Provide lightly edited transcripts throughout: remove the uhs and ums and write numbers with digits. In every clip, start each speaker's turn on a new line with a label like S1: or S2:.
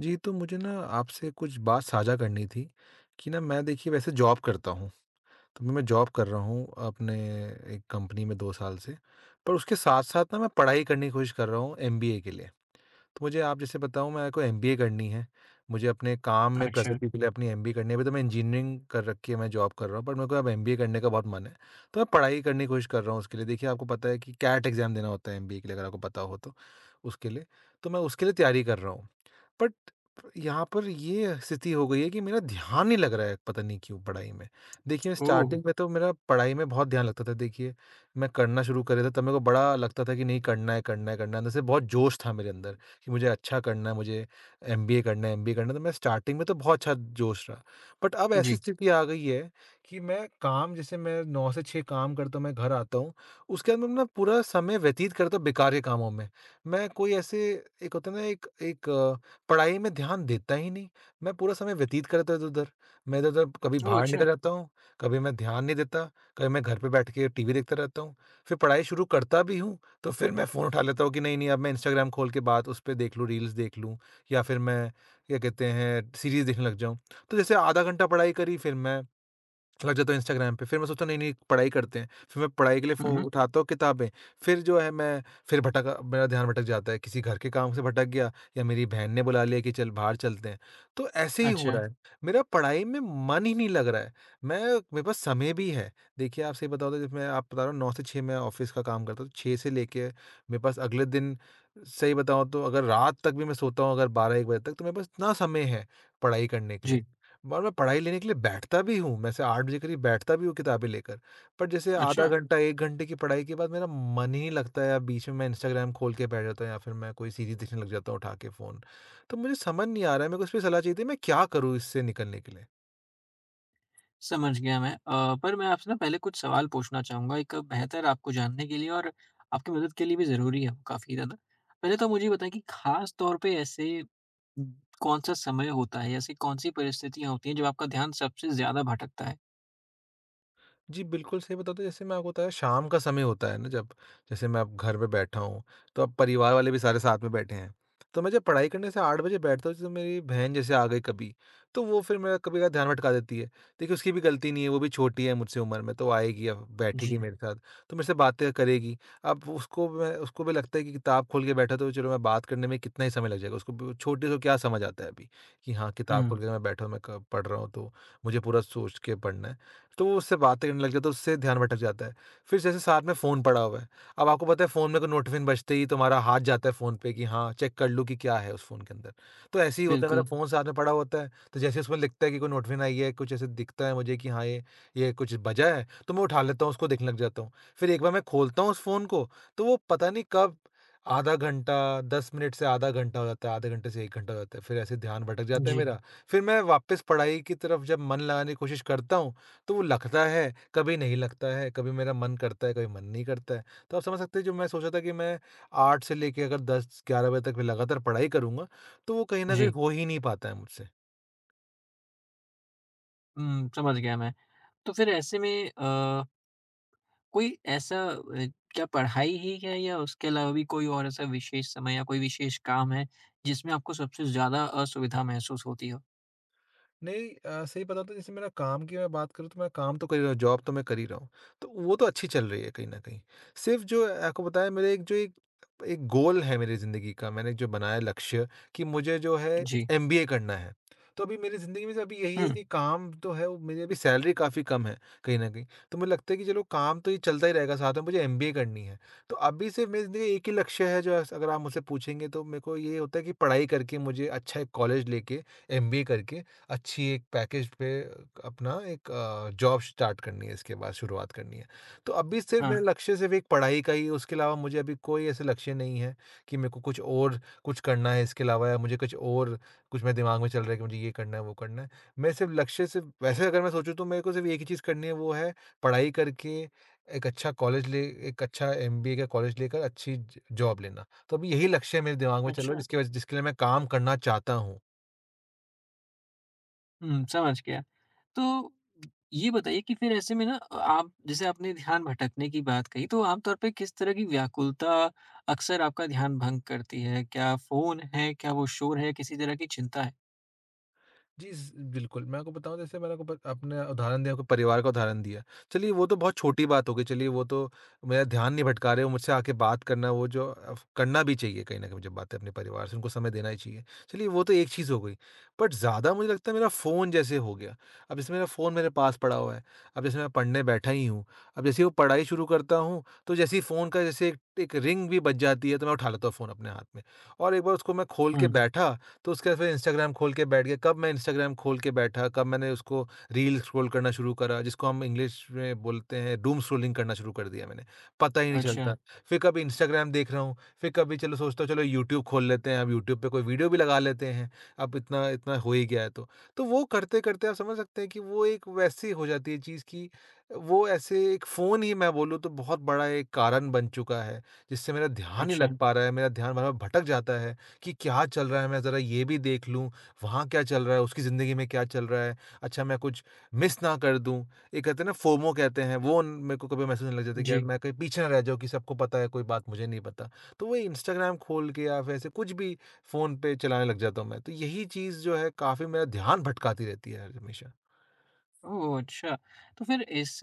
S1: जी, तो मुझे ना आपसे कुछ बात साझा करनी थी कि ना मैं देखिए वैसे जॉब करता हूँ। तो मैं जॉब कर रहा हूँ अपने एक कंपनी में 2 साल से। पर उसके साथ-साथ ना मैं पढ़ाई करने की कोशिश कर रहा हूँ एमबीए के लिए। तो मुझे आप जैसे बताऊँ मेरे को एमबीए करनी है। मुझे अपने काम में
S2: अच्छा।
S1: प्रगति के लिए अपनी एमबीए करनी है। अभी तो मैं इंजीनियरिंग कर रखी है, मैं जॉब कर रहा हूँ, पर मेरे को अब एमबीए करने का बहुत मन है। तो मैं पढ़ाई करने की कोशिश कर रहा हूँ उसके लिए। देखिए आपको पता है कि कैट एग्ज़ाम देना होता है एमबीए के लिए अगर आपको पता हो तो, उसके लिए। तो मैं उसके लिए तैयारी कर रहा हूँ। बट यहाँ पर ये स्थिति हो गई है कि मेरा ध्यान नहीं लग रहा है पता नहीं क्यों पढ़ाई में। देखिए
S2: ओह!
S1: स्टार्टिंग में तो मेरा पढ़ाई में बहुत ध्यान लगता था देखिए, मैं करना शुरू कर देता तब मेरे को बड़ा लगता था कि नहीं करना है, करना है, करना है। अंदर से बहुत जोश था मेरे अंदर कि मुझे अच्छा करना है, मुझे एमबीए करना है, एमबीए करना है। तो मैं स्टार्टिंग में तो बहुत अच्छा जोश रहा। बट अब ऐसी
S2: जी।
S1: स्थिति आ गई है कि मैं काम जैसे मैं 9 से 6 काम करता हूँ, मैं घर आता हूँ, उसके बाद मैं अपना पूरा समय व्यतीत करता हूँ बेकार के कामों में। मैं कोई ऐसे एक होता है ना एक एक पढ़ाई में ध्यान देता ही नहीं। मैं पूरा समय व्यतीत करता इधर-उधर। मैं इधर-उधर कभी
S2: ओह,
S1: बाहर निकल
S2: अच्छा।
S1: जाता हूँ, कभी मैं ध्यान नहीं देता, कभी मैं घर पे बैठ के टीवी देखता रहता हूँ। फिर पढ़ाई शुरू करता भी हूँ, तो फिर मैं फ़ोन उठा लेता हूँ कि नहीं, नहीं अब मैं इंस्टाग्राम खोल के बात उस पे देख लूँ, रील्स देख लूँ या फिर मैं क्या कहते हैं सीरीज़ देखने लग जाऊँ। तो जैसे आधा घंटा पढ़ाई करी फिर मैं लग जाता हूँ इंस्टाग्राम पे, फिर मैं सोचता हूँ नहीं-नहीं पढ़ाई करते हैं, फिर मैं पढ़ाई के लिए फ़ो
S2: हुँ।
S1: उठाता हूँ किताबें, फिर जो है मैं फिर भटक मेरा ध्यान भटक जाता है, किसी घर के काम से भटक गया या मेरी बहन ने बुला लिया कि चल बाहर चलते हैं। तो ऐसे ही हो
S2: अच्छा।
S1: रहा है, मेरा पढ़ाई में मन ही नहीं लग रहा है, मैं मेरे पास समय भी है। देखिए आप सही बताऊँ तो जब मैं आप बता रहा हूँ 9 से 6 मैं ऑफ़िस का काम करता हूँ, 6 से लेके मेरे पास अगले दिन सही बताऊँ तो अगर रात तक भी मैं सोता हूँ अगर 12-1 बजे तक तो मेरे पास इतना समय है पढ़ाई करने के लिए।
S2: जी।
S1: और मैं पढ़ाई लेने के लिए बैठता भी हूँ, मैं ऐसे 8 बजे करीब बैठता भी हूँ किताबें लेकर। पर जैसे आधा
S2: अच्छा,
S1: घंटा, 1 घंटे की पढ़ाई के बाद मेरा मन ही नहीं लगता है या बीच में मैं इंस्टाग्राम खोल के बैठ जाता हूँ या फिर मैं कोई सीरीज़ देखने लग जाता हूँ उठा के फ़ोन। तो मुझे समझ नहीं आ रहा है, मेरे को इस पे सलाह चाहिए थी मैं क्या करूँ इससे निकलने के लिए?
S2: समझ गया मैं। पर मैं आपसे ना पहले कुछ सवाल पूछना चाहूँगा, एक बेहतर आपको जानने के लिए और आपकी मदद के लिए भी ज़रूरी है वो काफ़ी ज़्यादा। पहले तो मुझे ये बताएँ कि ख़ास तौर पे ऐसे उम, कौन-सा समय होता है, ऐसी कौन-सी परिस्थितियाँ होती हैं जब आपका ध्यान सबसे ज़्यादा भटकता है?
S1: जी, बिल्कुल सही बताते हैं। जैसे मैं आपको बताया शाम का समय होता है ना जब, जैसे मैं अब घर पे बैठा हूँ, तो अब परिवार वाले भी सारे साथ में बैठे हैं। तो मैं जब पढ़ाई करने से 8 बजे बैठता हूँ, जैसे मेरी बहन जैसे आ गई कभी, तो वो फिर मेरा कभी कभार ध्यान भटका देती है। देखिए उसकी भी गलती नहीं है, वो भी छोटी है मुझसे उम्र में, तो वो आएगी अब बैठेगी
S2: जी।
S1: मेरे साथ, तो मेरे से बातें करेगी। अब उसको भी लगता है कि किताब खोल के बैठा तो चलो मैं बात करने में कितना ही समय लग जाएगा, उसको ब छोटे को क्या समझ आता है अभी, कि हाँ, किताब
S2: हुँ,
S1: खोल के मैं बैठा हूँ, मैं क पढ़ रहा हूँ तो मुझे पूरा सोच के पढ़ना है। तो वो उससे बातें करने लग जाता है, उससे ध्यान भटक जाता है। फिर जैसे साथ में फ़ोन पड़ा हुआ है, अब आपको पता है फ़ोन में कोई नोटिफ़िकेशन बजते ही तुम्हारा हाथ जाता है फ़ोन पे कि हाँ, चेक कर लूँ कि क्या है उस फ़ोन के अंदर। तो ऐसे ही होता है, मेरा
S2: बिल्कुल।
S1: फ़ोन साथ में पड़ा होता है, तो जैसे ही उसमें लिखता है कि कोई नोटिफ़िकेशन आई है, कुछ ऐसे दिखता है मुझे कि हाँ, ये कुछ बजा है, तो मैं उठा लेता हूँ, उसको देखने लग जाता हूँ। फिर एक बार मैं खोलता हूँ उस फ़ोन को, तो वो पता नहीं कब आधा घंटा, 10 मिनट से आधा घंटा हो जाता है, आधे घंटे से 1 घंटा हो जाता है। फिर ऐसे ध्यान भटक जाता है
S2: जी,
S1: मेरा। फिर मैं वापस पढ़ाई की तरफ जब मन लगाने की कोशिश करता हूँ, तो वो लगता है, कभी नहीं लगता है, कभी मेरा मन करता है, कभी मन नहीं करता है। तो आप समझ सकते हैं जो मैं सोचा था कि मैं 8 से लेके अगर 10-11 बजे तक मैं लगातार पढ़ाई करूँगा, तो वो कहीं न कहीं
S2: जी।
S1: हो ही नहीं पाता है मुझसे।
S2: हुँ, समझ गया मैं। तो फिर ऐसे में कोई ऐसा अ, क्या पढ़ाई ही है या उसके अलावा भी कोई और ऐसा विशेष समय या कोई विशेष काम है जिसमें आपको सबसे ज़्यादा असुविधा महसूस होती हो?
S1: नहीं सही बताऊँ तो जैसे मेरा काम की मैं बात करूँ तो मैं काम तो कर ही रहा हूँ, जॉब तो मैं कर ही रहा हूँ। तो वो तो अच्छी चल रही है कहीं न कहीं। सिर्फ़ जो आपको बताया मेरे एक जो एक एक गोल है मेरी ज़िंदगी का, मैंने जो बनाया लक्ष्य कि मुझे जो है
S2: जी।
S1: एमबीए करना है। तो अभी मेरी ज़िंदगी में से अभी यही है
S2: हुँ,
S1: कि काम तो है वो मेरी अभी सैलरी काफ़ी कम है कहीं न कहीं। तो मुझे लगता है कि चलो काम तो ये चलता ही रहेगा साथ में मुझे एमबीए करनी है। तो अभी सिर्फ़ मेरी ज़िंदगी का एक ही लक्ष्य है जो अगर आप मुझसे पूछेंगे तो मेरे को ये होता है कि पढ़ाई करके मुझे अच्छा एक कॉलेज लेके एमबीए करके अच्छी एक पैकेज पे अपना एक जॉब स्टार्ट करनी है इसके बाद शुरुआत करनी है। तो अभी सिर्फ़
S2: हाँ,
S1: मेरा लक्ष्य सिर्फ़ एक पढ़ाई का ही उसके अलावा मुझे अभी कोई ऐसे लक्ष्य नहीं है कि मेरे को कुछ और कुछ करना है इसके अलावा या मुझे कुछ और कुछ मेरे दिमाग में चल रहा है कि मुझे ये करना है, वो करना है। मैं सिर्फ़ लक्ष्य सिर्फ़ वैसे अगर मैं सोचूँ तो मेरे को सिर्फ़ एक ही चीज़ करनी है वो है पढ़ाई करके एक अच्छा कॉलेज ले एक अच्छा एमबीए का कॉलेज लेकर अच्छी ज जॉब लेना। तो अभी यही लक्ष्य मेरे दिमाग में चल रहा है
S2: अच्छा।
S1: जिसकी वजह जिसके लिए मैं काम करना चाहता हूँ।
S2: हुँ, समझ गया। तो ये बताइए कि फिर ऐसे में ना आप जैसे आपने ध्यान भटकने की बात कही, तो आम तौर पे किस तरह की व्याकुलता अक्सर आपका ध्यान भंग करती है? क्या फ़ोन है? क्या वो शोर है? किसी तरह की चिंता है?
S1: जी, ज़ बिल्कुल, मैं आपको बताऊँ जैसे मैंने आपको प आपने उदाहरण दिया, आपके परिवार का उदाहरण दिया। चलिए वो तो बहुत छोटी बात हो गई, चलिए वो तो मेरा ध्यान नहीं भटका रहे, वो मुझसे आके बात करना, वो जो करना भी चाहिए कहीं न कहीं, जब बात है अपने परिवार से, उनको समय देना ही चाहिए। चलिए वो तो एक चीज़ हो गई, बट ज़्यादा मुझे लगता है मेरा फ़ोन जैसे हो गया। अब जैसे मेरा फ़ोन मेरे पास पड़ा हुआ है, अब जैसे मैं पढ़ने बैठा ही हूँ, अब जैसे ही वो पढ़ाई शुरू करता हूँ, तो जैसे ही फ़ोन का जैसे एक एक रिंग भी बज जाती है, तो मैं उठा लेता हूँ फ़ोन अपने हाथ में और एक बार उसको मैं खोल के
S2: हुँ,
S1: बैठा तो उसके बाद फिर इंस्टाग्राम खोल के बैठ गए। कब मैं इंस्टाग्राम खोल के बैठा, कब मैंने उसको रील स्क्रॉल करना शुरू करा, जिसको हम इंग्लिश में बोलते हैं डूम स्क्रॉलिंग करना शुरू कर दिया मैंने, पता ही नहीं
S2: अच्छा,
S1: चलता। फिर कभी इंस्टाग्राम देख रहा हूँ, फिर कभी चलो सोचता हूँ चलो यूट्यूब खोल लेते हैं, अब यूट्यूब पे कोई वीडियो भी लगा लेते हैं, अब इतना इतना हो ही गया है तो। तो वो करते-करते आप समझ सकते हैं कि वो एक वैसी हो जाती है चीज़ कि वो ऐसे एक फ़ोन ही मैं बोलूँ तो बहुत बड़ा एक कारण बन चुका है, जिससे मेरा ध्यान नहीं
S2: अच्छा।
S1: लग पा रहा है, मेरा ध्यान बार-बार भटक जाता है। कि क्या चल रहा है, मैं ज़रा ये भी देख लूँ, वहाँ क्या चल रहा है, उसकी ज़िंदगी में क्या चल रहा है, अच्छा मैं कुछ मिस ना कर दूँ। ये कहते हैं ना फोमो कहते हैं, वो न मेरे को कभी महसूस होने लग जाता है कि यार
S2: जी।
S1: मैं कहीं पीछे ना रह जाऊँ कि सबको पता है, कोई बात मुझे नहीं पता। तो वही इंस्टाग्राम खोल के या फिर ऐसे कुछ भी फ़ोन पे चलाने लग जाता हूँ मैं। तो यही चीज़ जो है काफ़ी मेरा ध्यान भटकाती रहती है हर हमेशा।
S2: ओह! अच्छा। तो फिर इस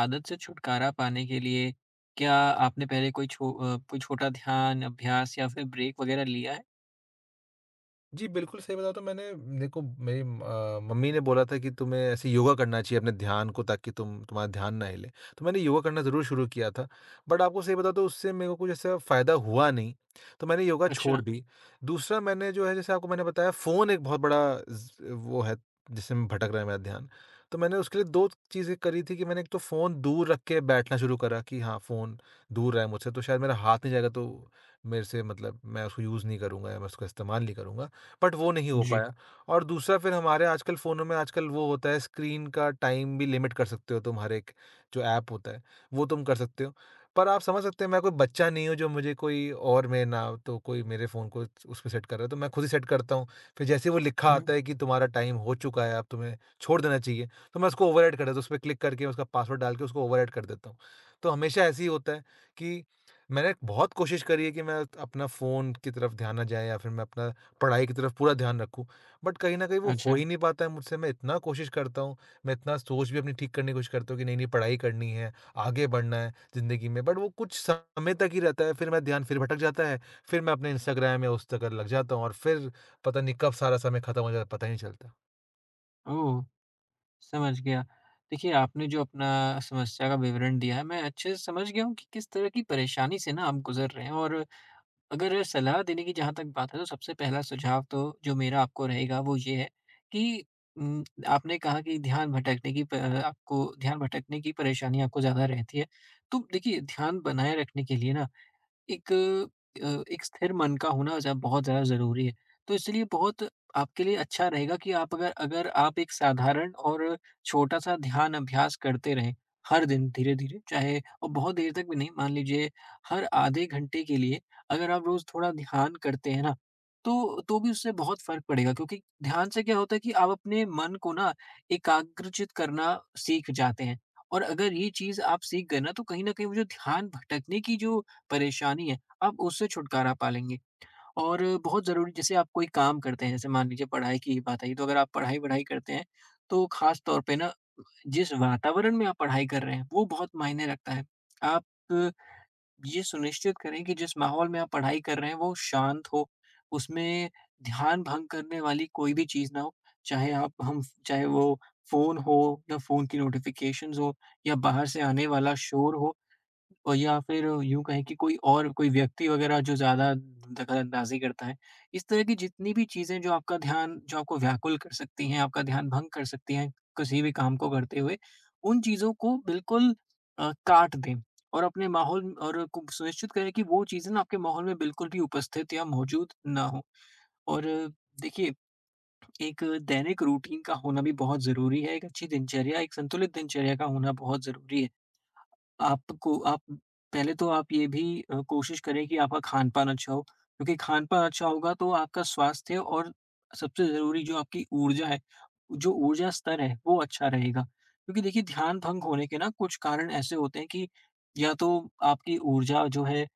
S2: आदत से छुटकारा पाने के लिए क्या आपने पहले कोई छोटा ध्यान, अभ्यास या फिर ब्रेक वगैरह लिया है?
S1: जी, बिल्कुल सही बताऊँ तो मैंने देखो मेरी मम्मी ने बोला था कि तुम्हें ऐसे योगा करना चाहिए अपने ध्यान को ताकि तुम तुम्हारा ध्यान ना हिले। तो मैंने योगा करना ज़रूर शुरू किया था, बट आपको सही बताऊँ तो उससे मेरे को कुछ ऐसा फ़ायदा हुआ नहीं, तो मैंने योगा छोड़
S2: अच्छा,
S1: दी। दूसरा मैंने जो है जैसे आपको मैंने बताया फ़ोन एक बहुत बड़ा ज़ वो है जिससे में भटक रहा है मेरा ध्यान। तो मैंने उसके लिए 2 चीज़ें करी थी कि मैंने एक तो फ़ोन दूर रख के बैठना शुरू करा कि हाँ, फ़ोन दूर रहे मुझसे तो शायद मेरा हाथ नहीं जाएगा तो मेरे से मतलब मैं उसको यूज़ नहीं करूँगा या मैं उसका इस्तेमाल नहीं करूँगा। बट वो नहीं हो
S2: जी।
S1: पाया। और दूसरा फिर हमारे आजकल फ़ोनों में आजकल वो होता है स्क्रीन का टाइम भी लिमिट कर सकते हो तुम हर एक जो ऐप होता है, वो तुम कर सकते हो। पर आप समझ सकते हैं मैं कोई बच्चा नहीं हूँ जो मुझे कोई और मैं ना तो कोई मेरे फ़ोन को उस पे सेट कर रहा है तो मैं खुद ही सेट करता हूँ। फिर जैसे ही वो लिखा
S2: हुँ,
S1: आता है कि तुम्हारा टाइम हो चुका है अब तुम्हें छोड़ देना चाहिए, तो मैं उसको ओवरराइड कर देता हूँ। उस पे क्लिक करके उसका पासवर्ड डाल के उसको ओवरराइड कर देता हूँ। तो हमेशा ऐसे ही होता है कि मैंने बहुत कोशिश करी है कि मैं अपना फ़ोन की तरफ ध्यान ना जाए या फिर मैं अपना पढ़ाई की तरफ पूरा ध्यान रखूँ। बट कहीं न कहीं वो हो
S2: अच्छा।
S1: ही नहीं पाता है मुझसे, मैं इतना कोशिश करता हूँ, मैं इतना सोच भी अपनी ठीक करने की कोशिश करता हूँ कि नहीं-नहीं पढ़ाई करनी है, आगे बढ़ना है ज़िंदगी में, बट वो कुछ समय तक ही रहता है, फिर मेरा ध्यान फिर भटक जाता है, फिर मैं अपने इंस्टाग्राम या उस जगह लग जाता हूँ और फिर पता नहीं कब सारा समय खत्म हो जाता है, पता ही नहीं चलता।
S2: ओह! समझ गया। देखिए, आपने जो अपना समस्या का विवरण दिया है, मैं अच्छे से समझ गया हूँ कि किस तरह की परेशानी से ना आप गुज़र रहे हैं, और अगर सलाह देने की जहाँ तक बात है तो सबसे पहला सुझाव तो जो मेरा आपको रहेगा वो ये है कि आपने कहा कि ध्यान भटकने की प आपको ध्यान भटकने की परेशानी आपको ज़्यादा रहती है। तो देखिए ध्यान बनाए रखने के लिए ना एक अ, एक स्थिर मन का होना ज़ बहुत ज़्यादा ज़रूरी है। तो इसलिए बहुत आपके लिए अच्छा रहेगा कि आप अगर अगर आप एक साधारण और छोटा-सा ध्यान अभ्यास करते रहें, हर दिन धीरे-धीरे, चाहे और बहुत देर तक भी नहीं, मान लीजिए हर आधे घंटे के लिए अगर आप रोज़ थोड़ा ध्यान करते हैं ना, तो भी उससे बहुत फ़र्क पड़ेगा, क्योंकि ध्यान से क्या होता है कि आप अपने मन को ना एकाग्रचित करना सीख जाते हैं, और अगर ये चीज़ आप सीख गए ना, तो कहीं न कहीं वो जो ध्यान भटकने की जो परेशानी है, आप उससे छुटकारा पा लेंगे। और बहुत ज़रूरी, जैसे आप कोई काम करते हैं, जैसे मान लीजिए पढ़ाई की ही बात आई, तो अगर आप पढ़ाई-वढ़ाई करते हैं, तो ख़ास तौर पे ना जिस वातावरण में आप पढ़ाई कर रहे हैं, वो बहुत मायने रखता है। आप ये सुनिश्चित करें कि जिस माहौल में आप पढ़ाई कर रहे हैं, वो शांत हो, उसमें ध्यान भंग करने वाली कोई भी चीज़ ना हो। चाहे आप हम चाहे वो फ़ोन हो, या फ़ोन की नोटिफ़िकेशंस हो, या बाहर से आने वाला शोर हो, और या फिर यूँ कहें कि कोई और कोई व्यक्ति वगैरह जो ज़्यादा दखलअंदाज़ी करता है। इस तरह की जितनी भी चीज़ें जो आपका ध्यान, जो आपको व्याकुल कर सकती हैं, आपका ध्यान भंग कर सकती हैं, किसी भी काम को करते हुए, उन चीज़ों को बिल्कुल काट दें, और अपने माहौल और को सुनिश्चित करें कि वो चीज़ें ना आपके माहौल में बिल्कुल भी उपस्थित या मौजूद ना हो। और देखिए, एक दैनिक रूटीन का होना भी बहुत ज़रूरी है, एक अच्छी दिनचर्या, एक संतुलित दिनचर्या का होना बहुत ज़रूरी है। आपको आप पहले तो आप ये भी कोशिश करें कि आपका खान-पान अच्छा हो, क्योंकि खान-पान अच्छा होगा तो आपका स्वास्थ्य और सबसे ज़रूरी जो आपकी ऊर्जा है, जो ऊर्जा स्तर है वो अच्छा रहेगा। क्योंकि देखिए, ध्यान भंग होने के ना कुछ कारण ऐसे होते हैं कि या तो आपकी ऊर्जा जो है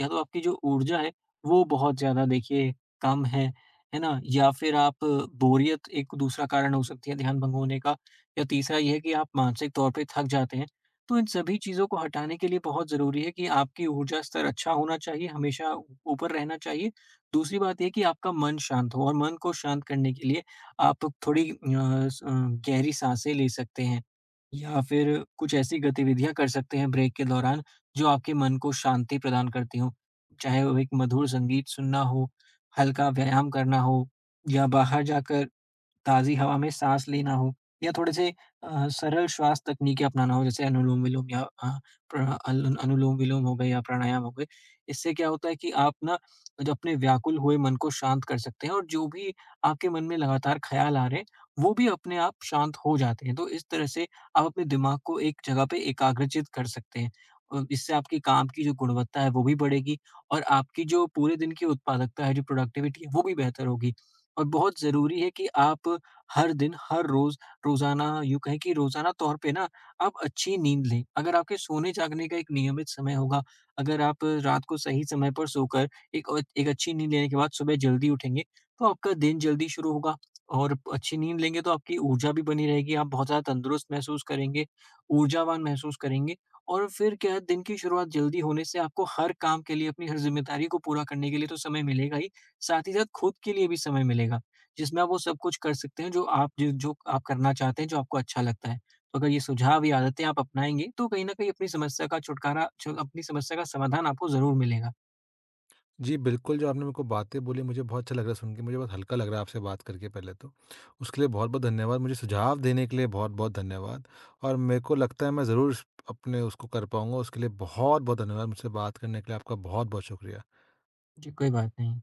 S2: या तो आपकी जो ऊर्जा है वो बहुत ज़्यादा, देखिए, कम है ना? बोरियत एक दूसरा कारण हो सकती है ध्यान भंग होने का, या तीसरा ये है कि आप मानसिक तौर पे थक जाते हैं। तो इन सभी चीज़ों को हटाने के लिए बहुत ज़रूरी है कि आपकी ऊर्जा स्तर अच्छा होना चाहिए, हमेशा ऊ ऊपर रहना चाहिए। दूसरी बात ये कि आपका मन शांत हो, और मन को शांत करने के लिए आप थोड़ी गहरी साँसें ले सकते हैं, या फिर कुछ ऐसी गतिविधियाँ कर सकते हैं ब्रेक के दौरान, जो आपके मन को शांति प्रदान करती हों। चाहे वो एक मधुर संगीत सुनना हो, हल्का व्यायाम करना हो, या बाहर जाकर ताज़ी हवा में साँस लेना हो, या थोड़े से सरल श्वास तकनीकें अपनाना हो, जैसे अनुलोम-विलोम, या अ, प्र अल अनुलोम-विलोम हो गए या प्राणायाम हो गए। इससे क्या होता है कि आप ना जो अपने व्याकुल हुए मन को शांत कर सकते हैं, और जो भी आपके मन में लगातार ख़्याल आ रहे हैं, वो भी अपने आप शांत हो जाते हैं। तो इस तरह से आप अपने दिमाग को एक जगह पे एकाग्रचित कर सकते हैं। इससे आपके काम की जो गुणवत्ता है वो भी बढ़ेगी, और आपकी जो पूरे दिन की उत्पादकता है, जो प्रोडक्टिविटी है वो भी बेहतर होगी। और बहुत ज़रूरी है कि आप हर दिन, हर रोज़, रोज़ाना, यूँ कहें कि रोज़ाना तौर पे ना आप अच्छी नींद लें। अगर आपके सोने-जागने का एक नियमित समय होगा, अगर आप रात को सही समय पर सोकर एक अच्छी नींद लेने के बाद सुबह जल्दी उठेंगे, तो आपका दिन जल्दी शुरू होगा, और अच्छी नींद लेंगे तो आपकी ऊर्जा भी बनी रहेगी, आप बहुत ज़्यादा तंदुरुस्त महसूस करेंगे, ऊर्जावान महसूस करेंगे, और फिर क्या है, दिन की शुरुआत जल्दी होने से आपको हर काम के लिए, अपनी हर ज़िम्मेदारी को पूरा करने के लिए तो समय मिलेगा ही साथ खुद के लिए भी समय मिलेगा, जिसमें आप वो सब कुछ कर सकते हैं जो आप करना चाहते हैं, जो आपको अच्छा लगता है। तो अगर ये सुझाव या आदतें आप अपनाएँगे, तो कहीं न कहीं अपनी समस्या का समाधान आपको ज़रूर मिलेगा।
S1: जी, बिल्कुल, जो आपने मेरे को बातें बोली मुझे बहुत अच्छा लग रहा है सुन के, मुझे बहुत हल्का लग रहा है आपसे बात करके पहले तो। उसके लिए बहुत-बहुत धन्यवाद, मुझे सुझाव देने के लिए बहुत-बहुत धन्यवाद और मेरे को लगता है मैं ज़रूर अपने उसको कर पाऊँगा, उसके लिए बहुत-बहुत धन्यवाद। मुझसे बात करने के लिए आपका बहुत-बहुत शुक्रिया।
S2: जी, कोई बात नहीं।